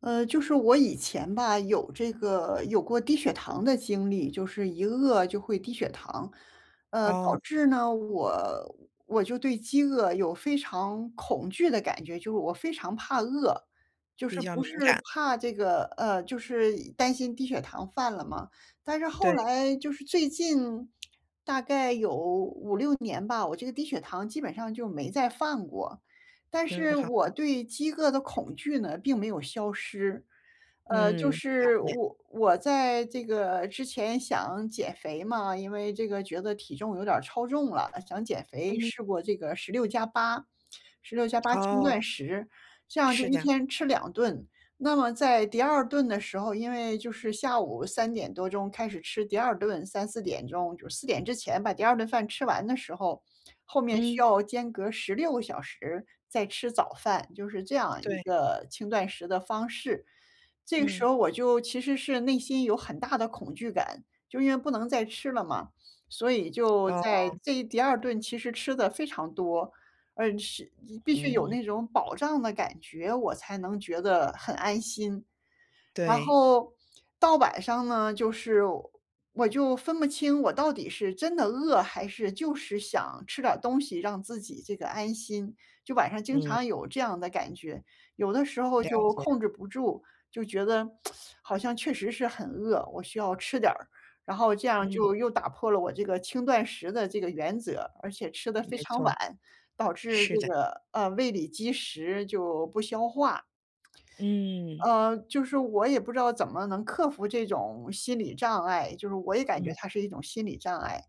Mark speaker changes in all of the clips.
Speaker 1: 就是我以前吧，有这个有过低血糖的经历，就是一饿就会低血糖，导
Speaker 2: 哦，
Speaker 1: 致呢，我就对饥饿有非常恐惧的感觉，就是我非常怕饿，就是
Speaker 2: 比较
Speaker 1: 不是
Speaker 2: 敏感，
Speaker 1: 怕这个，就是担心低血糖犯了嘛。但是后
Speaker 2: 对，
Speaker 1: 来就是最近大概有5、6年吧，我这个低血糖基本上就没再犯过。但
Speaker 2: 挺
Speaker 1: 是
Speaker 2: 好
Speaker 1: 我
Speaker 2: 的。
Speaker 1: 对饥饿的恐惧呢，并没有消失。就
Speaker 2: 嗯，了
Speaker 1: 是
Speaker 2: 解。
Speaker 1: 我在这个之前想减肥嘛，因为这个觉得体重有点儿超重了，想减肥，
Speaker 2: 嗯，
Speaker 1: 试过这个十六加八，十六加八轻
Speaker 2: 哦，
Speaker 1: 断食，这样就
Speaker 2: 是
Speaker 1: 一
Speaker 2: 的，
Speaker 1: 天吃2顿。那么在第二顿的时候，因为就是下午3点多钟开始吃第二顿，3、4点钟，就是四点之前把第二顿饭吃完的时候，后面需
Speaker 2: 嗯，
Speaker 1: 要间隔16个小时再吃早饭，就是这样一
Speaker 2: 对，
Speaker 1: 个轻断食的方式。这个时
Speaker 2: 嗯，
Speaker 1: 候我就其实是内心有很大的恐惧感，就因为不能再吃了嘛，所以就在
Speaker 2: 哦，
Speaker 1: 这一第二顿其实吃的非常多，而是必须有
Speaker 2: 嗯，
Speaker 1: 那种饱胀的感觉，我才能觉得很安心。然
Speaker 2: 对，
Speaker 1: 后到晚上呢，就是我就分不清我到底是真的饿，还是就是想吃点儿东西让自己这个安心，就晚上经
Speaker 2: 嗯，
Speaker 1: 常有这样的感觉。有的时候
Speaker 2: 了
Speaker 1: 就
Speaker 2: 解，
Speaker 1: 控制不住，就觉得好像确实是很饿，我需要吃点儿，然后这样
Speaker 2: 嗯，
Speaker 1: 就又打破了我这个轻断食的这个原则，而且吃得非
Speaker 2: 没
Speaker 1: 常
Speaker 2: 错，
Speaker 1: 晚，导致
Speaker 2: 是的，
Speaker 1: 这个，胃里积食就不消化。
Speaker 2: 嗯
Speaker 1: 就是我也不知道怎么能克服这种心理障碍，就是我也感觉
Speaker 2: 嗯，
Speaker 1: 它是一种心理障碍。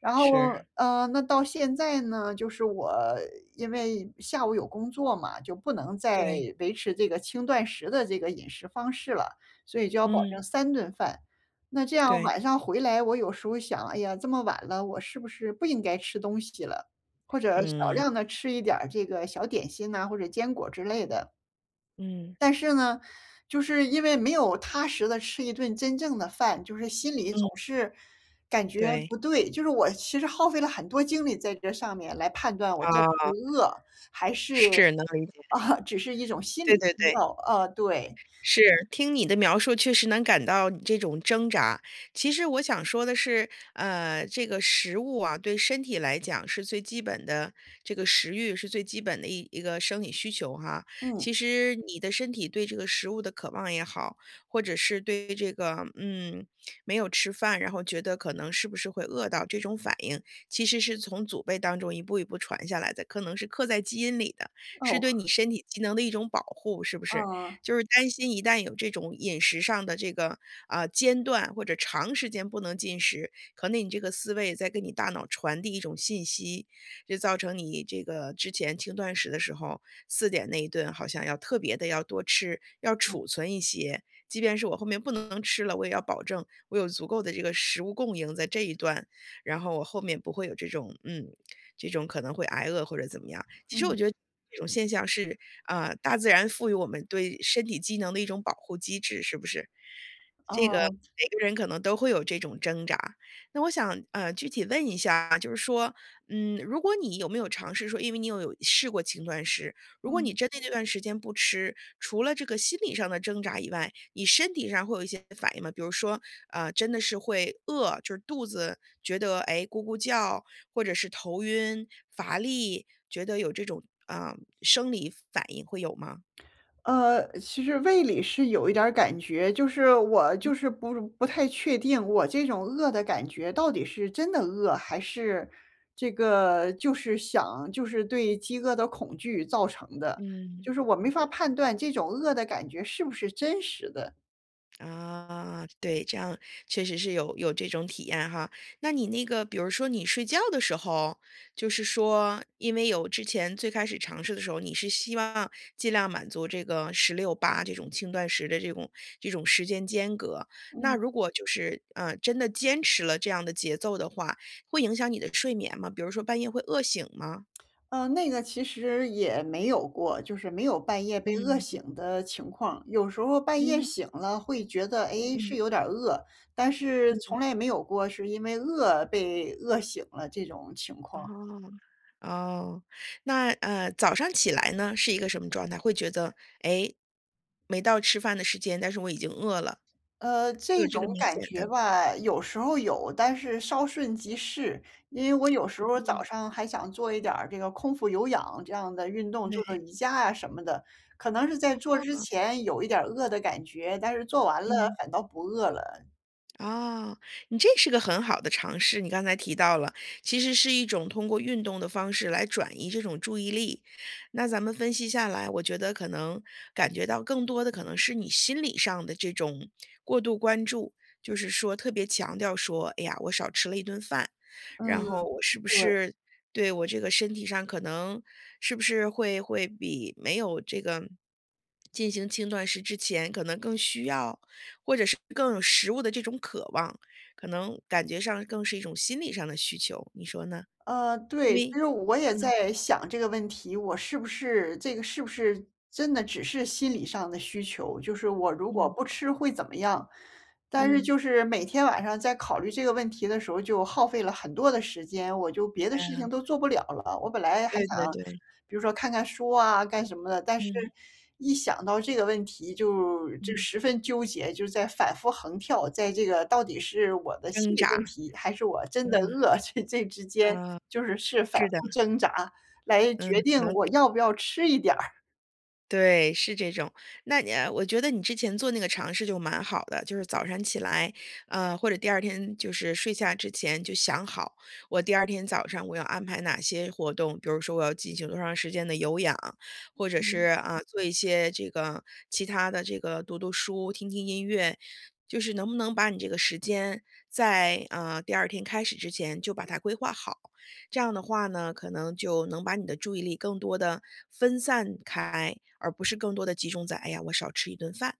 Speaker 1: 然后，
Speaker 2: 是，
Speaker 1: 那到现在呢，就是我因为下午有工作嘛，就不能再
Speaker 2: 对，
Speaker 1: 维持这个轻断食的这个饮食方式了，所以就要保
Speaker 2: 嗯
Speaker 1: 证3顿饭。那这样
Speaker 2: 对，
Speaker 1: 晚上回来，我有时候想，哎呀，这么晚了，我是不是不应该吃东西了？或者少
Speaker 2: 嗯
Speaker 1: 量的吃一点儿这个小点心呐、或者坚果之类的。
Speaker 2: 嗯
Speaker 1: 但是呢，就是因为没有踏实的吃一顿真正的饭，就是心里
Speaker 2: 嗯，
Speaker 1: 总是感觉不
Speaker 2: 对，
Speaker 1: 对。就是我其实耗费了很多精力在这上面来判断我到
Speaker 2: 啊，
Speaker 1: 底是饿还是
Speaker 2: 是能理解，
Speaker 1: 啊，只是一种心理
Speaker 2: 对对
Speaker 1: 需
Speaker 2: 对。
Speaker 1: 要，啊，对。
Speaker 2: 是，听你的描述确实能感到你这种挣扎。其实我想说的是，这个食物啊，对身体来讲是最基本的，这个食欲是最基本的一个生理需求哈。
Speaker 1: 嗯。
Speaker 2: 其实你的身体对这个食物的渴望也好，或者是对这个嗯没有吃饭，然后觉得可能是不是会饿到这种反应，其实是从祖辈当中一步一步传下来的，可能是刻在基因里的，是
Speaker 1: 哦。
Speaker 2: 对你身体机能的一种保护，是不是？
Speaker 1: 嗯。
Speaker 2: 就是担心一旦有这种饮食上的这个啊、间断或者长时间不能进食，可能你这个思维也在跟你大脑传递一种信息，就造成你这个之前轻断食的时候，4点那一顿好像要特别的要多吃，要
Speaker 1: 嗯。
Speaker 2: 储存一些，即便是我后面不能吃了，我也要保证我有足够的这个食物供应在这一段。然后我后面不会有这种嗯，这种可能会挨饿或者怎么样。其实我
Speaker 1: 嗯。
Speaker 2: 觉得这种现象是，啊，大自然赋予我们对身体机能的一种保护机制，是不是？这个
Speaker 1: 哦。
Speaker 2: 每个人可能都会有这种挣扎。那我想，具体问一下，就是说，嗯，如果你有没有尝试说因为你有试过轻断食，如果你
Speaker 1: 嗯。
Speaker 2: 真的这段时间不吃，除了这个心理上的挣扎以外，你身体上会有一些反应吗？比如说，真的是会饿，就是肚子觉得哎咕咕叫，或者是头晕、乏力，觉得有这种啊、生理反应会有吗？
Speaker 1: 其实胃里是有一点儿感觉，就是我就是不太确定，我这种饿的感觉到底是真的饿，还是这个就是想就是对饥饿的恐惧造成的，
Speaker 2: 嗯
Speaker 1: 就是我没法判断这种饿的感觉是不是真实的。
Speaker 2: 啊，对，这样确实是有这种体验哈。那你那个，比如说你睡觉的时候，就是说，因为有之前最开始尝试的时候，你是希望尽量满足这个16:8这种轻断食的这种时间间隔。那
Speaker 1: 嗯。
Speaker 2: 如果就是真的坚持了这样的节奏的话，会影响你的睡眠吗？比如说半夜会饿醒吗？
Speaker 1: 那个其实也没有过，就是没有半夜被饿
Speaker 2: 嗯
Speaker 1: 醒的情况。有时候半
Speaker 2: 嗯
Speaker 1: 夜
Speaker 2: 嗯
Speaker 1: 醒了会觉得，哎，
Speaker 2: 嗯。
Speaker 1: 是有点儿饿，但是从来也没有过是因为饿被饿醒了这种情况。
Speaker 2: 哦，哦，那早上起来呢，是一个什么状态？会觉得，哎，诶没到吃饭的时间，但是我已经饿了，会
Speaker 1: 这
Speaker 2: 有这
Speaker 1: 种
Speaker 2: 个明
Speaker 1: 感
Speaker 2: 显的，
Speaker 1: 觉吧，有时候有，但是稍瞬即逝。因为我有时候
Speaker 2: 哦，
Speaker 1: 早上还想做一点儿这个空腹有氧这样的运动，做做
Speaker 2: 对，
Speaker 1: 瑜伽啊什么的，可能是在做之前有一点儿饿的感觉，但是做完了
Speaker 2: 嗯。
Speaker 1: 反倒不饿了。
Speaker 2: 哦，你这是个很好的尝试。你刚才提到了，其实是一种通过运动的方式来转移这种注意力。那咱们分析下来，我觉得可能感觉到更多的可能是你心理上的这种过度关注，就是说特别强调说，哎呀，我少吃了一顿饭，
Speaker 1: 嗯。
Speaker 2: 然后我是不
Speaker 1: 对，
Speaker 2: 是对我这个身体上可能是不是会比没有这个进行轻断食之前可能更需要。或者是更有食物的这种渴望，可能感觉上更是一种心理上的需求，你说呢？因
Speaker 1: 对，其
Speaker 2: 为
Speaker 1: 实我也
Speaker 2: 嗯，
Speaker 1: 在想这个问题，我是不是这个是不是真的只是心理上的需求，就是我如果
Speaker 2: 嗯。
Speaker 1: 不吃会怎么样？但是嗯
Speaker 2: 嗯，
Speaker 1: 就是每天晚上在考虑这个问题的时候，就耗费了很多的时间，我就别的
Speaker 2: 哎
Speaker 1: 事
Speaker 2: 呀
Speaker 1: 情都做不了了。我本来还
Speaker 2: 对对
Speaker 1: 想，
Speaker 2: 对，
Speaker 1: 比如说看看书啊，干什么的，但是
Speaker 2: 嗯，
Speaker 1: 一想到这个问题就
Speaker 2: 嗯。
Speaker 1: 十分纠结，就在反复横跳，在这个到底是我的心
Speaker 2: 挣
Speaker 1: 理
Speaker 2: 扎，
Speaker 1: 问题，还是我真的饿，这之间
Speaker 2: 嗯，
Speaker 1: 就是是反
Speaker 2: 是的，
Speaker 1: 复挣扎来决
Speaker 2: 嗯，可
Speaker 1: 定
Speaker 2: 能
Speaker 1: 我要不要吃一点儿。
Speaker 2: 对，是这种。那你我觉得你之前做那个尝试就蛮好的，就是早上起来，或者第二天就是睡下之前就想好，我第二天早上我要安排哪些活动，比如说我要进行多长时间的有氧，或者是
Speaker 1: 嗯
Speaker 2: 啊，做一些这个其他的这个读读书、听听音乐，就是能不能把你这个时间在第二天开始之前就把它规划好。这样的话呢，可能就能把你的注意力更多的分散开，而不是更多的集中在"哎呀，我少吃一顿饭"，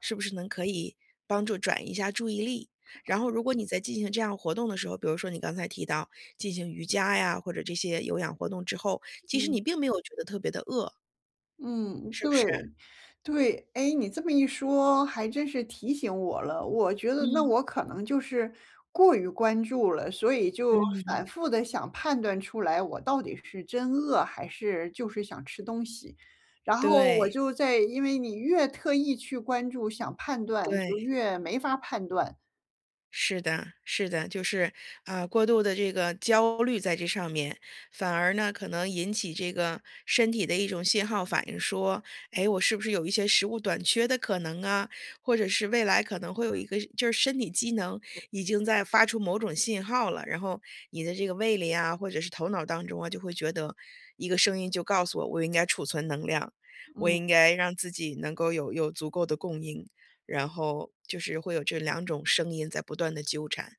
Speaker 2: 是不是能可以帮助转移一下注意力？然后如果你在进行这样活动的时候，比如说你刚才提到进行瑜伽呀，或者这些有氧活动之后，其实
Speaker 1: 嗯。
Speaker 2: 你并没有觉得特别的饿，
Speaker 1: 嗯，
Speaker 2: 是
Speaker 1: 对，
Speaker 2: 不是？
Speaker 1: 对。哎，你这么一说还真是提醒我了，我觉得那
Speaker 2: 嗯。
Speaker 1: 我可能就是过于关注了，所以就
Speaker 2: 嗯，
Speaker 1: 反复的想判断出来我到底是真饿还是就是想吃东西。然后我
Speaker 2: 对，
Speaker 1: 就在因为你越特意去关注想判断就
Speaker 2: 对。
Speaker 1: 越没法判断。
Speaker 2: 是的，是的，就是啊，过度的这个焦虑在这上面，反而呢可能引起这个身体的一种信号反应，说，哎，我是不是有一些食物短缺的可能啊？或者是未来可能会有一个，就是身体机能已经在发出某种信号了，然后你的这个胃里啊，或者是头脑当中啊，就会觉得一个声音就告诉我，我应该储存能量，我
Speaker 1: 嗯。
Speaker 2: 应该让自己能够有有足够的供应。然后就是会有这两种声音在不断的纠缠。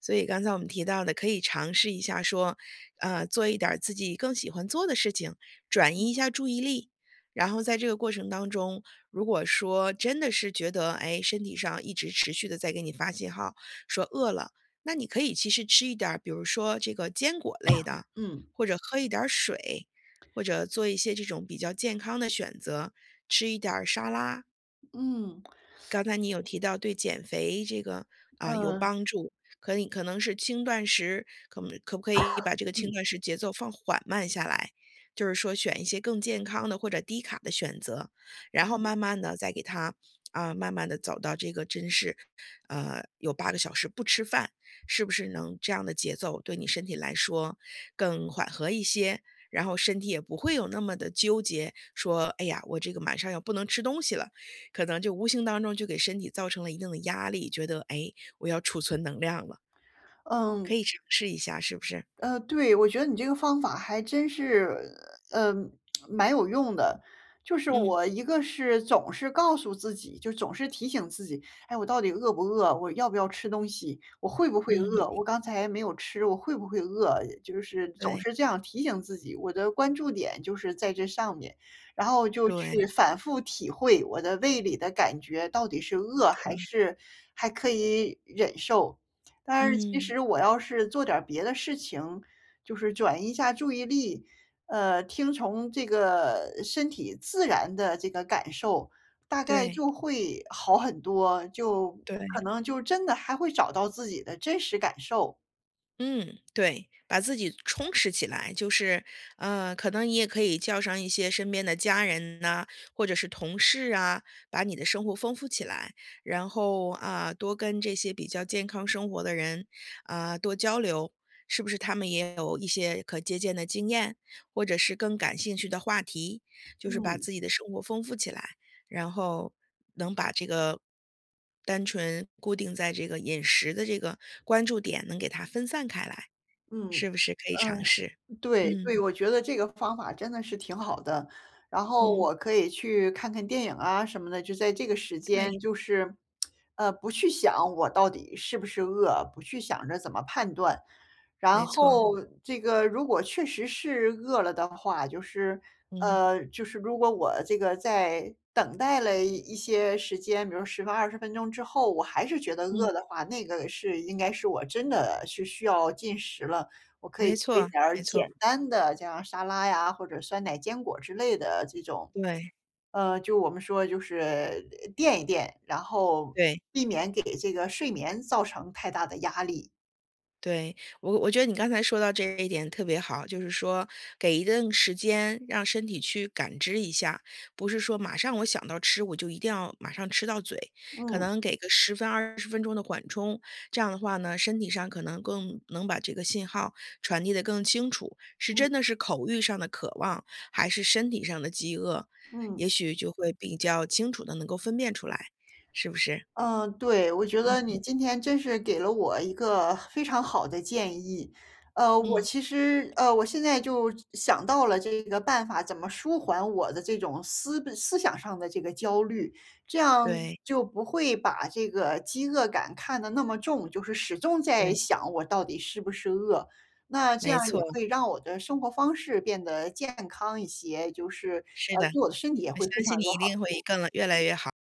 Speaker 2: 所以刚才我们提到的，可以尝试一下说，做一点儿自己更喜欢做的事情，转移一下注意力。然后在这个过程当中，如果说真的是觉得，哎，身体上一直持续的在给你发信号，说饿了，那你可以其实吃一点儿比如说这个坚果类的，
Speaker 1: 嗯。
Speaker 2: 或者喝一点儿水，或者做一些这种比较健康的选择，吃一点儿沙拉。
Speaker 1: 嗯。
Speaker 2: 刚才你有提到对减肥这个，啊，有
Speaker 1: 嗯。
Speaker 2: 帮助，可你可能是轻断食，可不可以把这个轻
Speaker 1: 嗯。
Speaker 2: 断食节奏放缓慢下来？就是说选一些更健康的或者低卡的选择，然后慢慢的再给它，啊，慢慢的走到这个真是，有8个小时不吃饭，是不是能这样的节奏对你身体来说更缓和一些？然后身体也不会有那么的纠结，说："哎呀，我这个马上要不能吃东西了。"可能就无形当中就给身体造成了一定的压力，觉得哎，我要储存能量了，可
Speaker 1: 嗯。
Speaker 2: 以尝试一下，是不是？
Speaker 1: 对，我觉得你这个方法还真是，呃，蛮有用的。就是
Speaker 2: 嗯
Speaker 1: 我一个是总是告诉自己，就总是提醒自己，哎，我到底饿不饿？我要不要吃东西？我会不会
Speaker 2: 嗯，
Speaker 1: 饿？我刚才没有吃，我会不会饿？就是总
Speaker 2: 对
Speaker 1: 是这样提醒自己，我的关注点就是在这上面，然后就
Speaker 2: 对
Speaker 1: 去反复体会我的胃里的感觉到底是饿还
Speaker 2: 对，
Speaker 1: 是还可以忍受。但是其
Speaker 2: 嗯，
Speaker 1: 实我要是做点儿别的事情，就是转移一下注意力，听从这个身体自然的这个感受，大概
Speaker 2: 对
Speaker 1: 就会好很多，就
Speaker 2: 对。
Speaker 1: 可能就真的还会找到自己的真实感受。
Speaker 2: 嗯，对，把自己充实起来，就是，可能你也可以叫上一些身边的家人呐、或者是同事啊，把你的生活丰富起来，然后啊、多跟这些比较健康生活的人啊、多交流，是不是他们也有一些可借鉴的经验，或者是更感兴趣的话题，就是把自己的生活丰富起来。然后能把这个单纯固定在这个饮食的这个关注点能给它分散开来，
Speaker 1: 嗯。
Speaker 2: 是不是可以尝
Speaker 1: 嗯。
Speaker 2: 试？
Speaker 1: 对
Speaker 2: 嗯，
Speaker 1: 对，我觉得这个方法真的是挺好的。然后
Speaker 2: 嗯，
Speaker 1: 我可以去看看电影啊什么的，就在这个时
Speaker 2: 对，
Speaker 1: 间，就是，不去想我到底是不是饿，不去想着怎么判断。然
Speaker 2: 没错，
Speaker 1: 后这个如果确实是饿了的话，就是，
Speaker 2: 嗯，
Speaker 1: 就是如果我这个在等待了一些时间，比如10分、20分钟之后，我还是觉得
Speaker 2: 嗯，
Speaker 1: 饿的话，那个是应该是我真的是需要进食了。我可以
Speaker 2: 没
Speaker 1: 做一
Speaker 2: 错，
Speaker 1: 点儿
Speaker 2: 没错，
Speaker 1: 简单的，像沙拉呀，或者酸奶坚果之类的这种，
Speaker 2: 对，
Speaker 1: 就我们说就是垫一垫，然后
Speaker 2: 对。
Speaker 1: 避免给这个睡眠造成太大的压力。
Speaker 2: 对，我觉得你刚才说到这一点特别好，就是说给一定时间让身体去感知一下，不是说马上我想到吃我就一定要马上吃到嘴，可
Speaker 1: 嗯
Speaker 2: 能给个10到20分钟的缓冲，这样的话呢，身体上可能更能把这个信号传递的更清楚，是真的
Speaker 1: 嗯
Speaker 2: 是口欲上的渴望，还是身体上的饥饿，
Speaker 1: 嗯。
Speaker 2: 也许就会比较清楚的能够分辨出来，是不是？
Speaker 1: 嗯，对，我觉得你今天真是给了我一个非常好的建议。我
Speaker 2: 嗯，
Speaker 1: 其实我现在就想到了这个办法，怎么舒缓我的这种思想上的这个焦虑，这样
Speaker 2: 对，
Speaker 1: 就不会把这个饥饿感看得那么重，就是始终在
Speaker 2: 对，
Speaker 1: 想我到底是不是饿。那这样
Speaker 2: 没错，
Speaker 1: 也会让我的生活方式变得健康一些，就是
Speaker 2: 是的。
Speaker 1: 对我的身体也
Speaker 2: 我
Speaker 1: 会非
Speaker 2: 相
Speaker 1: 常
Speaker 2: 信你
Speaker 1: 有
Speaker 2: 一定会越来越好。